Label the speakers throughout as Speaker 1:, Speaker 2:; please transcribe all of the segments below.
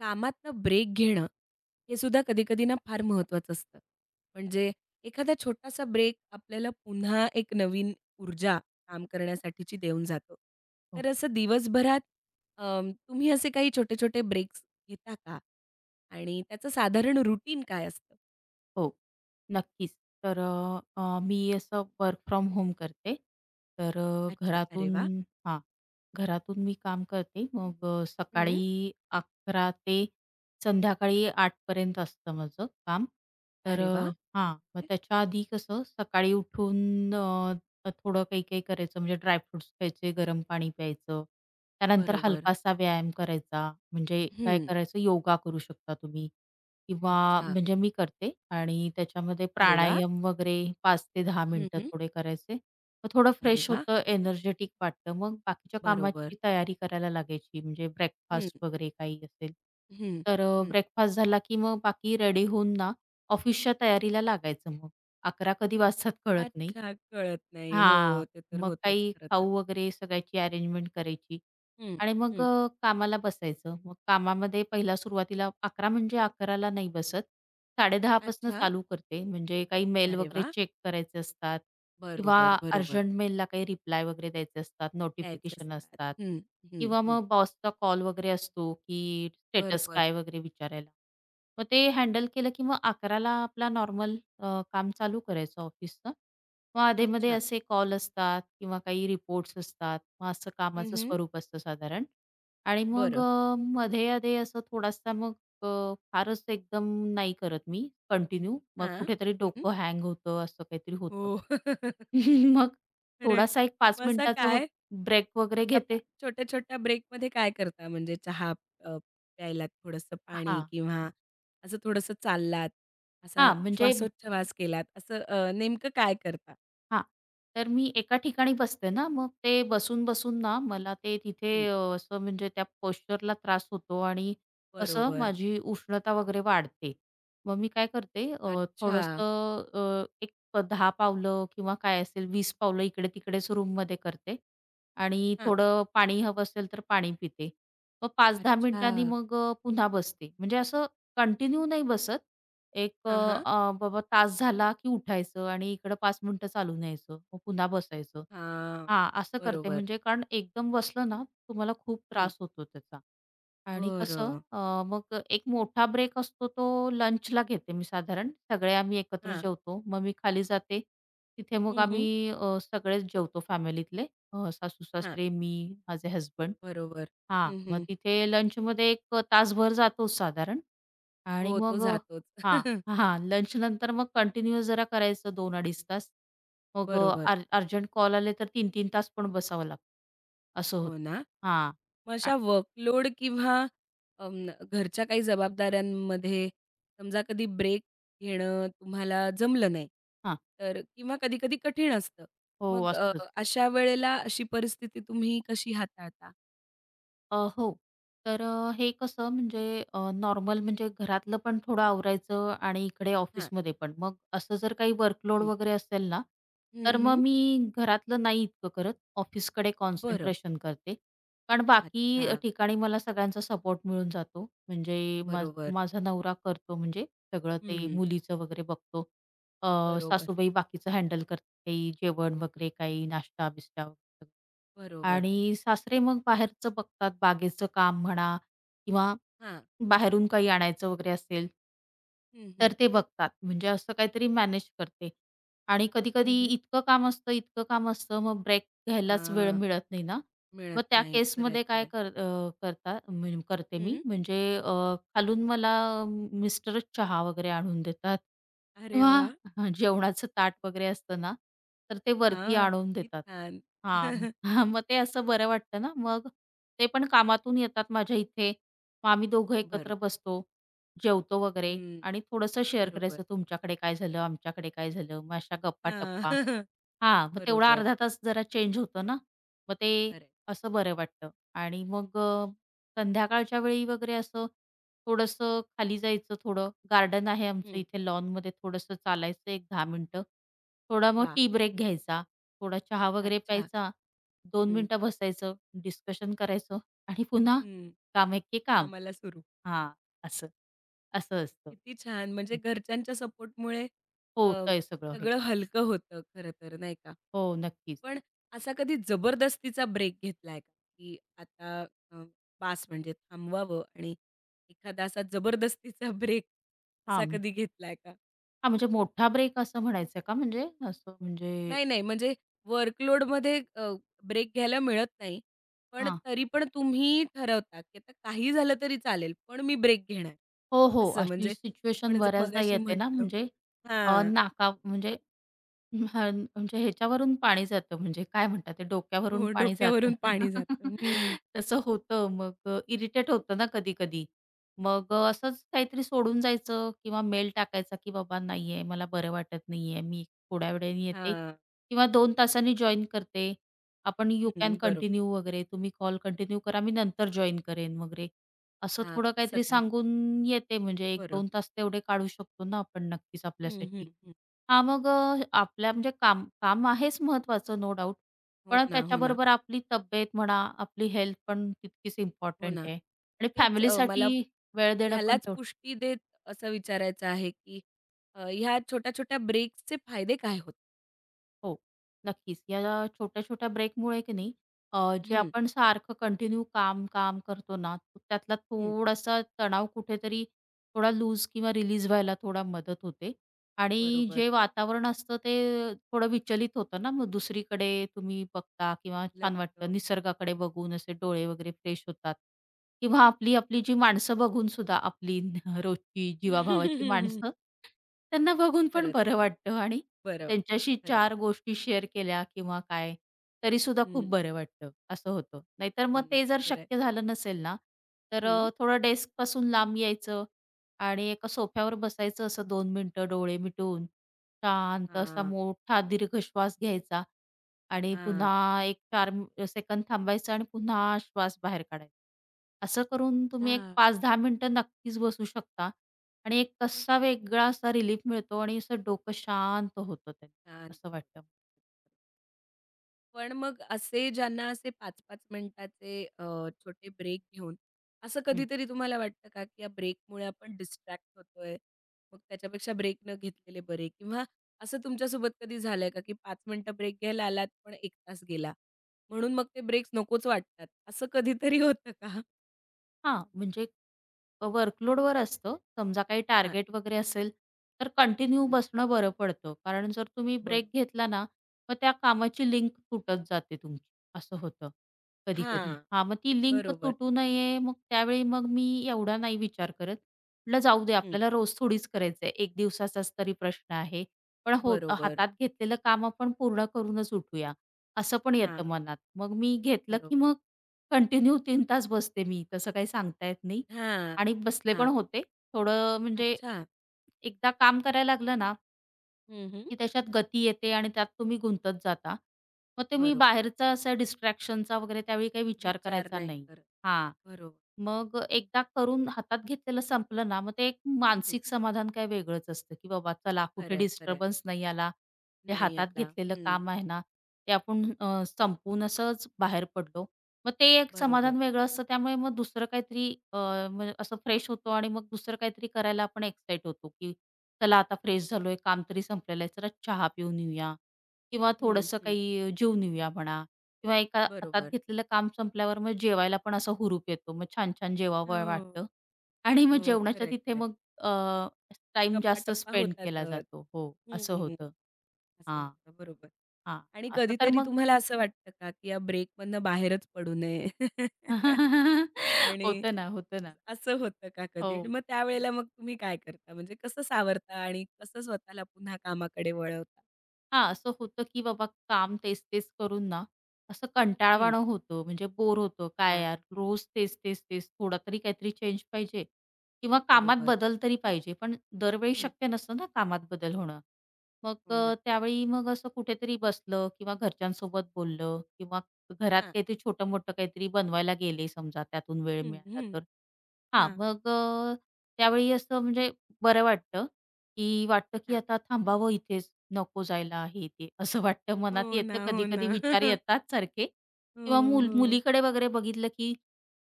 Speaker 1: कामातनं break घेणं, हे सुद्धा कधी-कधी ना फार महत्त्वाचं असतं. म्हणजे एखादा छोटासा ब्रेक आपल्याला पुन्हा एक नवीन ऊर्जा काम करण्यासाठीची देऊन जातो.
Speaker 2: हो,
Speaker 1: तर असं दिवसभरात तुम्ही असे काही छोटे-छोटे ब्रेक्स घेता का? आणि त्याचं साधारण रुटीन काय असतं?
Speaker 2: हो. नक्कीच. तर अ, अ, मी असं वर्क फ्रॉम होम करते. तर
Speaker 1: अच्छा. अरे
Speaker 2: घरातून
Speaker 1: वाह!
Speaker 2: हां, घरातून मी काम करते. मग
Speaker 1: हं.
Speaker 2: सकाळी 11 ते संध्याकाळी 8 असतं माझं काम. तर
Speaker 1: अरे वाह!
Speaker 2: मग
Speaker 1: ओके.
Speaker 2: त्याच्या आधी कसं सकाळी उठून अ, थोडं काही-काही करायचं म्हणजे ड्रायफ्रुट्स खायचे, गरम पाणी प्यायचं. त्यानंतर
Speaker 1: बरोबर.
Speaker 2: हलकासा व्यायाम करायचा. म्हणजे काय
Speaker 1: हं.
Speaker 2: करायचं योगा करू शकता तुम्ही. किंवा
Speaker 1: अच्छा.
Speaker 2: म्हणजे मी करते आणि त्याच्यामध्ये
Speaker 1: अरे वाह!
Speaker 2: प्राणायाम वगैरे 5 ते 10
Speaker 1: हं,
Speaker 2: मिनिटं
Speaker 1: हं.
Speaker 2: थोडे करायचे. मग थोडं
Speaker 1: अरे
Speaker 2: फ्रेश
Speaker 1: वाह!
Speaker 2: होतं, एनर्जेटिक वाटतं. मग बाकीच्या
Speaker 1: बरोबर.
Speaker 2: कामाची तयारी करायला लागायची म्हणजे
Speaker 1: हं,
Speaker 2: ब्रेकफास्ट वगैरे काही असेल.
Speaker 1: हं,
Speaker 2: तर
Speaker 1: हं.
Speaker 2: ब्रेकफास्ट झाला की मग बाकी रेडी होऊन ना ऑफिसच्या तयारीला लागायचं मग. 11 कधी वाजतात कळत नाही.
Speaker 1: अच्छा, कळत नाही. हो,
Speaker 2: हां.
Speaker 1: ते तर
Speaker 2: मग
Speaker 1: होतंच
Speaker 2: काही
Speaker 1: खरं तर.
Speaker 2: खाऊ वगैरे सगळ्याची अरेंजमेंट करायची
Speaker 1: हं,
Speaker 2: आणि मग
Speaker 1: हं.
Speaker 2: कामाला बसायचं. मग कामामध्ये पहिला सुरुवातीला 11 म्हणजे 11ला नाही बसत. 10:30 पासून
Speaker 1: अच्छा.
Speaker 2: चालू करते. म्हणजे काही मेल
Speaker 1: अरे
Speaker 2: वगैरे
Speaker 1: वाह!
Speaker 2: चेक करायचे असतात किंवा
Speaker 1: बरोबर, बरोबर.
Speaker 2: अर्जंट मेलला काही रिप्लाय वगैरे द्यायचे असतात,
Speaker 1: द्यायचे
Speaker 2: नोटिफिकेशन
Speaker 1: असतात.
Speaker 2: असतात
Speaker 1: हं, हं,
Speaker 2: किंवा
Speaker 1: हं.
Speaker 2: मग बॉसचा कॉल वगैरे असतो, की स्टेटस
Speaker 1: बरोबर.
Speaker 2: काय वगैरे विचारायला. मग ते हँडल केलं की मग 11ला आपला नॉर्मल काम चालू करायचं ऑफिसचं. मग अधेमध्ये
Speaker 1: अच्छा.
Speaker 2: असे कॉल असतात किंवा काही रिपोर्ट्स असतात. मग असं
Speaker 1: हं,
Speaker 2: कामाचं
Speaker 1: हं.
Speaker 2: स्वरूप असतं साधारण आणि मग
Speaker 1: बरं.
Speaker 2: मध्ये-अधे असं थोडासा मग फारच एकदम नाही करत मी कंटिन्यू. मग
Speaker 1: हां.
Speaker 2: कुठेतरी
Speaker 1: हं.
Speaker 2: डोकं हँग होतं, असं काहीतरी होतं.
Speaker 1: हो.
Speaker 2: मग
Speaker 1: खरं आहे.
Speaker 2: थोडासा एक 5
Speaker 1: मग असा
Speaker 2: मिनिटाचा
Speaker 1: काय
Speaker 2: ब्रेक वगैरे
Speaker 1: आता पा
Speaker 2: घेते.
Speaker 1: छोट्या-छोट्या ब्रेकमध्ये काय करता? म्हणजे चहा अ, प्यायलात, थोडंसं पाणी
Speaker 2: हां,
Speaker 1: किंवा असं थोडंसं चाललात, असा
Speaker 2: हां. म्हणजे
Speaker 1: श्वासोच्छवास केलात, असं नेमकं काय करता?
Speaker 2: हां. तर मी एका ठिकाणी बसते ना, मग ते बसून-बसून ना मला ते तिथे
Speaker 1: हं.
Speaker 2: असं म्हणजे त्या पोश्चरला त्रास होतो आणि कसं
Speaker 1: बरोबर.
Speaker 2: माझी उष्णता वगैरे वाढते. मग मी काय करते
Speaker 1: अच्छा.
Speaker 2: थोडंसं एक 10 पावलं किंवा काय असेल 20 पावलं इकडे-तिकडेच रूममध्ये करते आणि
Speaker 1: हां.
Speaker 2: थोडं पाणी हवं असेल तर पाणी पिते. मग 5-10
Speaker 1: अच्छा.
Speaker 2: मिनिटांनी मग पुन्हा बसते. म्हणजे असं कंटिन्यू नाही बसत, एक अ,
Speaker 1: हां, हां.
Speaker 2: अ, बाबा तास झाला की उठायचं आणि इकडं 5 मिनिटं चालून यायचं. मग पुन्हा बसायचं.
Speaker 1: हां.
Speaker 2: हां, असं करते
Speaker 1: बरोबर.
Speaker 2: म्हणजे कारण एकदम बसलं ना, तुम्हाला खूप
Speaker 1: हं.
Speaker 2: त्रास होतो त्याचा. आणि कसं
Speaker 1: बरं.
Speaker 2: मग एक मोठा ब्रेक असतो तो लंचला घेते मी साधारण. सगळे आम्ही एकत्र
Speaker 1: हां.
Speaker 2: जेवतो. मग मी खाली जाते. तिथे मग
Speaker 1: हं, हं.
Speaker 2: आम्ही सगळेच जेवतो फॅमिलीतले.
Speaker 1: हां.
Speaker 2: सासू-सासरे, मी, माझे हसबंड.
Speaker 1: बरोबर.
Speaker 2: हां,
Speaker 1: हं,
Speaker 2: मग
Speaker 1: हं.
Speaker 2: तिथे लंचमध्ये एक तासभर जातोच साधारण. आणि
Speaker 1: हो, तो
Speaker 2: मग
Speaker 1: जातोच.
Speaker 2: हां, हां. लंचनंतर मग कंटिन्यूअस जरा करायचं 2-2.5 तास. मग अ,
Speaker 1: बरोबर.
Speaker 2: अर अर्जंट कॉल आले तर तीन-तीन तास पण बसावं लागतं. असं
Speaker 1: हो
Speaker 2: होतं.
Speaker 1: ना.
Speaker 2: हां.
Speaker 1: मग
Speaker 2: आ
Speaker 1: अशा वर्कलोड किंवा अं, घरच्या काही जबाबदाऱ्यांमध्ये समजा कधी ब्रेक घेणं तुम्हाला जमलं नाही,
Speaker 2: हां.
Speaker 1: तर किंवा कधी-कधी कठीण असतं.
Speaker 2: हो
Speaker 1: मग
Speaker 2: असतंच.
Speaker 1: अशा वेळेला अशी परिस्थिती तुम्ही कशी हाताळता?
Speaker 2: हो. तर हे कसं म्हणजे नॉर्मल म्हणजे घरातलं पण थोडं आवरायचं आणि इकडे
Speaker 1: हां.
Speaker 2: ऑफिसमध्ये पण. मग असं जर काही वर्कलोड
Speaker 1: हं.
Speaker 2: वगैरे असेल ना,
Speaker 1: हं,
Speaker 2: तर
Speaker 1: हं.
Speaker 2: मग मी घरातलं नाही इतकं करत. ऑफिसकडे
Speaker 1: बरं.
Speaker 2: कॉन्सन्ट्रेशन करते. कारण
Speaker 1: अच्छा.
Speaker 2: बाकी ठिकाणी मला सगळ्यांचा सपोर्ट मिळून जातो. म्हणजे माझ
Speaker 1: बरोबर.
Speaker 2: माझा नवरा करतो म्हणजे सगळं ते
Speaker 1: हं.
Speaker 2: मुलीचं वगैरे बघतो.
Speaker 1: बरोबर.
Speaker 2: सासूबाई बाकीचं हँडल करतात, काही जेवण वगैरे, काही नाश्ता-बिस्टा वगैरे. सगळं.
Speaker 1: बरोबर.
Speaker 2: आणि सासरे मग बाहेरचं बघतात, बागेचं काम म्हणा किंवा
Speaker 1: हां.
Speaker 2: बाहेरून काही आणायचं वगैरे असेल,
Speaker 1: हं, हं.
Speaker 2: तर ते बघतात. म्हणजे असं काहीतरी मॅनेज करते. आणि
Speaker 1: हं,
Speaker 2: कधी-कधी
Speaker 1: हं.
Speaker 2: इतकं काम असतं, इतकं काम असतं, मग ब्रेक घ्यायलाच वेळ
Speaker 1: हां.
Speaker 2: मिळत नाही ना. मग
Speaker 1: मिळत
Speaker 2: त्या
Speaker 1: नाही. खरं आहे,
Speaker 2: केसमध्ये
Speaker 1: खरं
Speaker 2: करता म्हणजे करते मी म्हणजे खालून मला मिस्टरच चहा वगैरे आणून देतात
Speaker 1: अरे
Speaker 2: किंवा
Speaker 1: वाह!
Speaker 2: हा, जेवणाचं ताट वगैरे असतं ना, तर ते वरती
Speaker 1: हां.
Speaker 2: आणून
Speaker 1: किती
Speaker 2: देतात.
Speaker 1: छान.
Speaker 2: हां, मग ते असं बरं वाटतं ना. मग ते पण कामातून येतात माझ्या इथे. मग आम्ही दोघं
Speaker 1: बरोबर.
Speaker 2: एकत्र बसतो, जेवतो वगैरे
Speaker 1: हं.
Speaker 2: आणि थोडंसं शेअर
Speaker 1: बरोबर.
Speaker 2: करायचं, तुमच्याकडे काय झालं, आमच्याकडे काय झालं, मग अशा
Speaker 1: हां.
Speaker 2: गप्पा-टप्पा. हां, मग तेवढा
Speaker 1: बरोबर.
Speaker 2: अर्धा तास जरा चेंज होतं ना, मग ते
Speaker 1: खरं आहे.
Speaker 2: असं बरं वाटतं. आणि मग संध्याकाळच्या वेळी वगैरे असं थोडंसं खाली जायचं, थोडं गार्डन आहे आमचं
Speaker 1: हं.
Speaker 2: इथे लॉनमध्ये थोडंसं चालायचं 1-10 मिनिटं. थोडा मग टी ब्रेक घ्यायचा, थोडा चहा वगैरे
Speaker 1: अच्छा.
Speaker 2: प्यायचा, 2
Speaker 1: हं.
Speaker 2: मिनिटं बसायचं, डिस्कशन करायचं आणि पुन्हा
Speaker 1: हं.
Speaker 2: काम है के काम.
Speaker 1: कामाला सुरू.
Speaker 2: हां, असं, असं असतं.
Speaker 1: किती छान! म्हणजे घरच्यांच्या सपोर्टमुळे अ,
Speaker 2: होतंय सगळं हे.
Speaker 1: सगळं हलकं होतं खरं तर, नाही का?
Speaker 2: हो, नक्कीच.
Speaker 1: पण असा कधी जबरदस्तीचा ब्रेक घेतलाय का? की आता अ, बास म्हणजे थांबवावं आणि एखादा असा जबरदस्तीचा ब्रेक
Speaker 2: हां,
Speaker 1: असा
Speaker 2: म्हण
Speaker 1: कधी घेतलाय का?
Speaker 2: हां, म्हणजे मोठा ब्रेक असं म्हणायचंय का म्हणजे? असं म्हणजे
Speaker 1: नाही, नाही म्हणजे वर्कलोडमध्ये ब्रेक घ्यायला मिळत नाही. पण
Speaker 2: हां.
Speaker 1: तरी पण तुम्ही ठरवता, की आता काही झालं तरी चालेल, पण मी ब्रेक घेणार.
Speaker 2: हो, हो.
Speaker 1: असं
Speaker 2: अशी
Speaker 1: म्हणजे
Speaker 2: सिच्युएशन
Speaker 1: आपण जे
Speaker 2: बऱ्याचदा
Speaker 1: मगाशी
Speaker 2: येते ना
Speaker 1: म्हटलो.
Speaker 2: म्हणजे अ,
Speaker 1: हां.
Speaker 2: नाका म्हणजे हां, म्हणजे ह्याच्यावरून पाणी जातं म्हणजे काय म्हणतात ते डोक्यावरून
Speaker 1: हो,
Speaker 2: पाणी जातं.
Speaker 1: डोक्यावरून पाणी जातं. हं.
Speaker 2: तसं होतं मग इरिटेट होतं ना कधी-कधी. मग असंच काहीतरी सोडून जायचं किंवा मेल टाकायचा, की "बाबा नाही मला बरं वाटत नाही मी थोड्या वेळाने येते
Speaker 1: हां.
Speaker 2: किंवा 2 तासांनी जॉइन करते. आपण यू कॅन
Speaker 1: हं, बरोबर.
Speaker 2: कंटिन्यू" वगैरे, "तुम्ही कॉल कंटिन्यू करा, मी नंतर जॉइन करेन" वगैरे. असं
Speaker 1: हां,
Speaker 2: थोडं
Speaker 1: असं
Speaker 2: काहीतरी
Speaker 1: काय?
Speaker 2: सांगून येते म्हणजे
Speaker 1: बरं.
Speaker 2: 1-2 तास तेवढे काढू शकतो ना आपण नक्कीच
Speaker 1: हं, हं,
Speaker 2: आपल्यासाठी.
Speaker 1: हं.
Speaker 2: हां, मग आपल्या म्हणजे काम काम आहेच महत्त्वाचं नो डाउट.
Speaker 1: हो
Speaker 2: पण
Speaker 1: ना, हो ना,
Speaker 2: त्याच्याबरोबर आपली तब्येत म्हणा, आपली हेल्थ पण तितकीच
Speaker 1: हो
Speaker 2: इम्पॉर्टंट
Speaker 1: ना.
Speaker 2: आहे आणि
Speaker 1: तेच
Speaker 2: फॅमिलीसाठी
Speaker 1: मला
Speaker 2: वेळ देणं पण
Speaker 1: ह्यालाच
Speaker 2: तेवढं
Speaker 1: पुष्टी देत असं विचारायचं आहे, की ह्या छोट्या-छोट्या ब्रेक्सचे फायदे काय होत
Speaker 2: हो, नक्कीच. या छोट्या-छोट्या ब्रेकमुळे की नाही अ, जे
Speaker 1: हं,
Speaker 2: आपण सारखं कंटिन्यू काम, काम करतो ना, त्यातला
Speaker 1: हं.
Speaker 2: थोडासा तणाव कुठेतरी थोडा लूज किंवा रिलीज व्हायला थोडा मदत होते आणि
Speaker 1: बरोबर.
Speaker 2: जे वातावरण असतं ते थोडं विचलित होतं ना, मग दुसरीकडे तुम्ही बघता किंवा छान
Speaker 1: लपतं.
Speaker 2: वाटतं निसर्गाकडे बघून असे डोळे वगैरे फ्रेश होतात किंवा आपली जी माणसं बघून सुद्धा आपली रोजची जीवाभावाची माणसं, त्यांना बघून पण
Speaker 1: खरंच
Speaker 2: बरं वाटतं आणि
Speaker 1: बरं वाटतं.
Speaker 2: त्यांच्याशी
Speaker 1: खरंय,
Speaker 2: 4
Speaker 1: खरंय.
Speaker 2: गोष्टी शेअर केल्या किंवा काय, तरीसुद्धा खूप
Speaker 1: हं,
Speaker 2: बरं वाटतं, असं होतं. नाहीतर
Speaker 1: हो
Speaker 2: मग
Speaker 1: ना,
Speaker 2: ते जर
Speaker 1: खरंय.
Speaker 2: शक्य झालं नसेल ना, तर
Speaker 1: हं.
Speaker 2: थोडं डेस्कपासून लांब यायचं आणि एका सोफ्यावर बसायचं असं दोन मिनिटं डोळे मिटून, शांत असा
Speaker 1: हां,
Speaker 2: मोठा दीर्घ श्वास घ्यायचा आणि
Speaker 1: हां.
Speaker 2: पुन्हा एक चार सेकंद थांबायचं आणि पुन्हा श्वास बाहेर काढायचा. असं करून तुम्ही एक
Speaker 1: छान,
Speaker 2: 5-10 मिनिटं नक्कीच बसू शकता आणि एक कसा वेगळा असा रिलीफ मिळतो आणि असं डोकं शांत होतं त्याने,
Speaker 1: शांत
Speaker 2: असं
Speaker 1: होतं.
Speaker 2: वाटतं.
Speaker 1: पण मग असे ज्यांना असे पाच पाच मिनिटाचे छोटे ब्रेक घेऊन, असं कधीतरी तुम्हाला वाटतं का, की या ब्रेकमुळे आपण डिस्ट्रॅक्ट होतोय, मग त्याच्यापेक्षा ब्रेक न घेतलेले बरे? किंवा असं तुमच्यासोबत कधी झालंय का, की 5 मिनिटं ब्रेक घ्यायला आलात, पण 1 तास गेला, म्हणून मग ते ब्रेक्स नकोच वाटतात, असं कधीतरी होतं का?
Speaker 2: हां, म्हणजे वर्कलोडवर असतं. समजा काही
Speaker 1: हां,
Speaker 2: टार्गेट वगैरे असेल, तर कंटिन्यू बसणं बरं पडतं. कारण जर तुम्ही
Speaker 1: बरोबर.
Speaker 2: ब्रेक घेतला ना, मग त्या कामाची लिंक तुटत जाते तुमची, असं होतं कधी-कधी.
Speaker 1: हां,
Speaker 2: हां, मग ती लिंक
Speaker 1: बरोबर.
Speaker 2: तुटू नये, मग त्यावेळी मग मी एवढा नाही विचार करत. म्हटलं जाऊ दे,
Speaker 1: हं,
Speaker 2: आपल्याला रोज थोडीच करायचंय. 1 दिवसाचाच तरी प्रश्न आहे. पण होत
Speaker 1: बरोबर.
Speaker 2: हातात घेतलेलं काम आपण पूर्ण करूनच उठूया, असं पण
Speaker 1: हां,
Speaker 2: येतं मनात. मग मी घेतलं
Speaker 1: बरोबर.
Speaker 2: की मग कंटिन्यू 3 तास बसते मी, तसं काही सांगता येत नाही
Speaker 1: हां,
Speaker 2: आणि बसले पण
Speaker 1: हां.
Speaker 2: होते. थोडं म्हणजे
Speaker 1: अच्छा.
Speaker 2: एकदा काम करायला लागलं ना,
Speaker 1: हं, हं.
Speaker 2: की त्याच्यात गती येते आणि त्यात तुम्ही गुंतत जाता. मग तुम्ही
Speaker 1: बरोबर.
Speaker 2: बाहेरचा असा डिस्ट्रॅक्शनचा वगैरे त्यावेळी काही विचार
Speaker 1: विचार
Speaker 2: करायचा
Speaker 1: नाही
Speaker 2: नाही.
Speaker 1: करत.
Speaker 2: हां.
Speaker 1: बरोबर.
Speaker 2: मग एकदा करून हातात घेतलेलं संपलं ना, मग ते एक
Speaker 1: हं.
Speaker 2: मानसिक समाधान काही वेगळंच असतं, की बाबा चला कुठे
Speaker 1: खरंय, खरंय.
Speaker 2: डिस्टर्बन्स नाही आला. जे
Speaker 1: नाही
Speaker 2: हातात
Speaker 1: आला.
Speaker 2: घेतलेलं
Speaker 1: हं.
Speaker 2: काम आहे ना, ते आपण संपवून असंच बाहेर पडलो. मग ते एक
Speaker 1: बरोबर.
Speaker 2: समाधान वेगळं असतं. त्यामुळे मग दुसरं काहीतरी म्हणजे असं फ्रेश होतो आणि मग दुसरं काहीतरी करायला आपण एक्साईट होतो, की चला आता फ्रेश झालोय, काम तरी संपलेलं आहे, चला चहा पिऊन येऊया किंवा
Speaker 1: हं,
Speaker 2: थोडंसं
Speaker 1: हं.
Speaker 2: काही जेवून येऊया म्हणा किंवा एका हातात
Speaker 1: बरोबर.
Speaker 2: घेतलेलं काम संपल्यावर मग जेवायला पण असा हुरूप येतो. मग छान-छान जेवावं
Speaker 1: हो.
Speaker 2: वाटतं आणि मग
Speaker 1: हो.
Speaker 2: जेवणाच्या
Speaker 1: खरंय,
Speaker 2: तिथे
Speaker 1: खरंय.
Speaker 2: मग अ, टाईम जास्त
Speaker 1: गप्पा-टप्पा
Speaker 2: स्पेंड केला
Speaker 1: होतातच.
Speaker 2: जातो. हो, असं
Speaker 1: हं.
Speaker 2: होतं.
Speaker 1: असं
Speaker 2: हां,
Speaker 1: होतं. बरोबर.
Speaker 2: हां.
Speaker 1: आणि
Speaker 2: असं तर
Speaker 1: कधीतरी
Speaker 2: मग
Speaker 1: तुम्हाला असं वाटतं का, की या ब्रेकमधनं बाहेरच पडू नये? आणि
Speaker 2: होतं ना, होतं ना.
Speaker 1: असं होतं का कधी? आणि
Speaker 2: हो.
Speaker 1: मग त्यावेळेला मग तुम्ही काय करता? म्हणजे कसं सावरता आणि कसं स्वतःला पुन्हा कामाकडे वळवता?
Speaker 2: हां, असं होतं, की बाबा काम तेच-तेच करून ना, असं
Speaker 1: हं.
Speaker 2: कंटाळवाणं होतं. म्हणजे बोर होतं. काय
Speaker 1: हां.
Speaker 2: यार रोज तेच थोडा तरी काहीतरी चेंज पाहिजे किंवा कामात
Speaker 1: बरोबर.
Speaker 2: बदल तरी पाहिजे. पण दरवेळी
Speaker 1: हं.
Speaker 2: शक्य नसतं ना कामात बदल होणं. मग
Speaker 1: हो ना.
Speaker 2: त्यावेळी मग असं कुठेतरी बसलं किंवा घरच्यांसोबत बोललं किंवा घरात काहीतरी छोटं-मोठं काहीतरी बनवायला गेले समजा त्यातून वेळ
Speaker 1: हं,
Speaker 2: मिळाला
Speaker 1: हं.
Speaker 2: तर. हां,
Speaker 1: हां,
Speaker 2: मग त्यावेळी असं म्हणजे बरं वाटतं, की वाटतं की
Speaker 1: हां.
Speaker 2: आता थांबावं इथेच, नको जायला हे ते असं वाटतं. मनात
Speaker 1: हो
Speaker 2: येतं
Speaker 1: ना, हो ना.
Speaker 2: कधी-कधी विचार येतात सारखे
Speaker 1: हो,
Speaker 2: किंवा
Speaker 1: हो.
Speaker 2: मुलीकडे वगैरे बघितलं की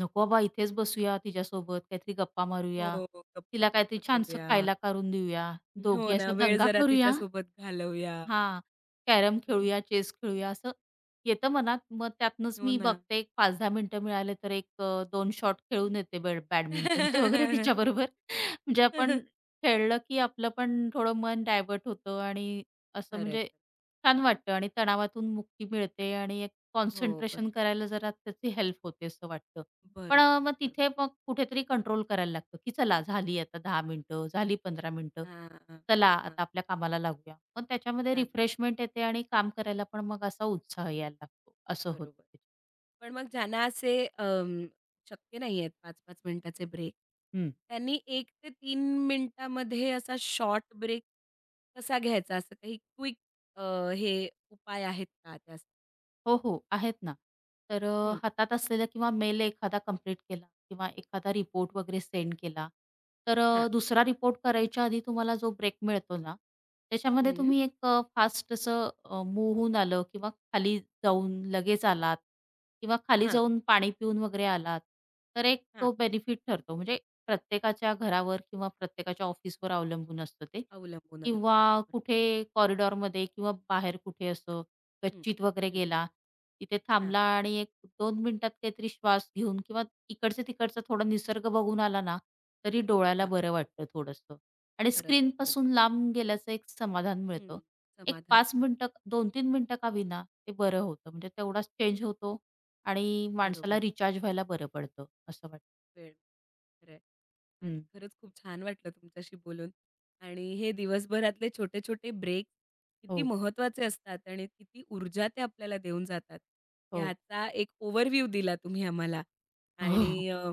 Speaker 2: नको बाबा इथेच बसूया तिच्यासोबत, काहीतरी गप्पा
Speaker 1: हो,
Speaker 2: मारूया, तिला काहीतरी
Speaker 1: गप्पा-टप्पा
Speaker 2: छानसं
Speaker 1: करूया.
Speaker 2: खायला करून देऊया,
Speaker 1: हो
Speaker 2: दोघी
Speaker 1: ना,
Speaker 2: असा
Speaker 1: वेळ
Speaker 2: दंगा
Speaker 1: जरा
Speaker 2: करूया.
Speaker 1: तिच्यासोबत घालवूया.
Speaker 2: हां, कॅरम
Speaker 1: हं.
Speaker 2: खेळूया, चेस खेळूया असं येतं मनात. मग त्यातनंच
Speaker 1: हो
Speaker 2: मी
Speaker 1: ना.
Speaker 2: बघते एक 5-10 मिनिटं मिळाले तर एक 2 शॉट खेळून येते बॅडमिंटनचे वगैरे तिच्याबरोबर. म्हणजे आपण खेळलं की आपलं पण थोडं मन डायव्हर्ट होतं आणि असं
Speaker 1: खरंय, खरंय.
Speaker 2: म्हणजे छान वाटतं आणि तणावातून मुक्ती मिळते आणि एक
Speaker 1: हो, बरोबर,
Speaker 2: कॉन्सन्ट्रेशन करायला जरा त्याची हेल्प होते असं वाटतं. पण
Speaker 1: बरोबर,
Speaker 2: मग
Speaker 1: बरोबर.
Speaker 2: तिथे मग कुठेतरी कंट्रोल करायला लागतो, की चला झाली आता 10 मिनिटं, झाली 15 मिनिटं.
Speaker 1: हां, हां,
Speaker 2: चला आता आपल्या कामाला लागूया. मग त्याच्यामध्ये
Speaker 1: लागू,
Speaker 2: रिफ्रेशमेंट येते आणि काम करायला पण मग असा उत्साह यायला लागतो. असं
Speaker 1: बरोबर.
Speaker 2: होतं.
Speaker 1: पण मग ज्यांना असे शक्य नाही आहेत पाच 5 मिनिटाचे ब्रेक,
Speaker 2: हं.
Speaker 1: त्यांनी एक ते 3 मिनिटामध्ये असा शॉर्ट ब्रेक कसा घ्यायचा? असं काही क्विक हे उपाय आहेत का त्यास?
Speaker 2: हो, हो. आहेत ना. तर
Speaker 1: हं,
Speaker 2: हातात असलेला किंवा मेल एखादा कंप्लीट केला किंवा एखादा रिपोर्ट वगैरे सेंड केला, तर
Speaker 1: हां,
Speaker 2: दुसरा रिपोर्ट करायच्या आधी तुम्हाला जो ब्रेक मिळतो ना, त्याच्यामध्ये
Speaker 1: हं,
Speaker 2: तुम्ही एक फास्ट असं मूव्ह होऊन आलं किंवा खाली जाऊन लगेच आलात किंवा खाली
Speaker 1: हां,
Speaker 2: जाऊन पाणी पिऊन वगैरे आलात, तर एक
Speaker 1: हां.
Speaker 2: तो बेनिफिट ठरतो. म्हणजे प्रत्येकाच्या घरावर किंवा प्रत्येकाच्या ऑफिसवर अवलंबून असतं ते
Speaker 1: अवलंबून आहे.
Speaker 2: किंवा
Speaker 1: बरोबर.
Speaker 2: कुठे कॉरिडॉरमध्ये किंवा बाहेर कुठे असं
Speaker 1: हं,
Speaker 2: गच्चीत वगैरे
Speaker 1: हं,
Speaker 2: गेला. तिथे
Speaker 1: हां,
Speaker 2: थांबला आणि 1-2 मिनिटात काहीतरी श्वास घेऊन किंवा इकडचं-तिकडचं थोडा निसर्ग बघून आला ना, तरी डोळ्याला
Speaker 1: हां.
Speaker 2: बरं वाटतं थोडंसं. आणि
Speaker 1: खरंच, खरंच.
Speaker 2: स्क्रीनपासून लांब गेल्याचं एक समाधान
Speaker 1: हं.
Speaker 2: मिळतं. एक
Speaker 1: समाधान
Speaker 2: 5
Speaker 1: पण.
Speaker 2: मिनिटं 2-3 मिनिटं का होईना ते बरं होतं. म्हणजे तेवढाच चेंज होतो आणि माणसाला
Speaker 1: बरोबर.
Speaker 2: रिचार्ज व्हायला बरं पडतं असं वाटतं.
Speaker 1: वेळ. खरंय. आज
Speaker 2: हं.
Speaker 1: खरंच खूप छान वाटलं तुमच्याशी बोलून आणि हे दिवसभरातले छोटे-छोटे ब्रेक किती
Speaker 2: हो,
Speaker 1: महत्त्वाचे असतात आणि किती ऊर्जा ते आपल्याला देऊन जातात.
Speaker 2: हो.
Speaker 1: ह्याचा एक ओव्हरव्ह्यू दिला तुम्ही आम्हाला
Speaker 2: हो.
Speaker 1: आणि अ,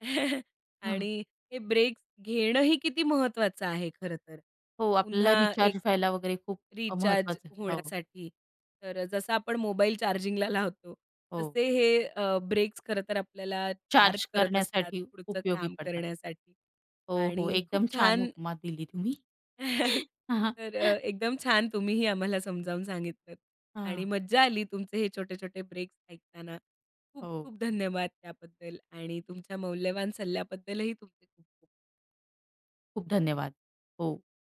Speaker 2: हां.
Speaker 1: आणि हे ब्रेक्स घेणंही किती महत्त्वाचं आहे खरं तर.
Speaker 2: हो, आपल्याला
Speaker 1: पुन्हा एक
Speaker 2: रिचार्ज व्हायला वगैरे खूप
Speaker 1: रिचार्ज
Speaker 2: महत्वाचं हो,
Speaker 1: होण्यासाठी. तर जसं आपण मोबाईल चार्जिंगला लावतो,
Speaker 2: हो.
Speaker 1: तसे हे ब्रेक्स खरं तर आपल्याला
Speaker 2: चार्ज
Speaker 1: चार्ज करत असतात
Speaker 2: करण्यासाठी
Speaker 1: पुढचं
Speaker 2: उपयोगी
Speaker 1: काम
Speaker 2: पडतात.
Speaker 1: करण्यासाठी
Speaker 2: हो, हो.
Speaker 1: आणि खूप
Speaker 2: एकदम छान
Speaker 1: छान
Speaker 2: उपमा दिली तुम्ही. हां, हां.
Speaker 1: एकदम छान तुम्हीही आम्हाला समजावून सांगितलंत आणि मज्जा आली तुमचे हे छोटे-छोटे ब्रेक्स ऐकताना. खूप
Speaker 2: हो.
Speaker 1: खूप धन्यवाद त्याबद्दल आणि तुमच्या मौल्यवान सल्ल्याबद्दलही तुमचे खूप खूप
Speaker 2: खूप धन्यवाद. हो.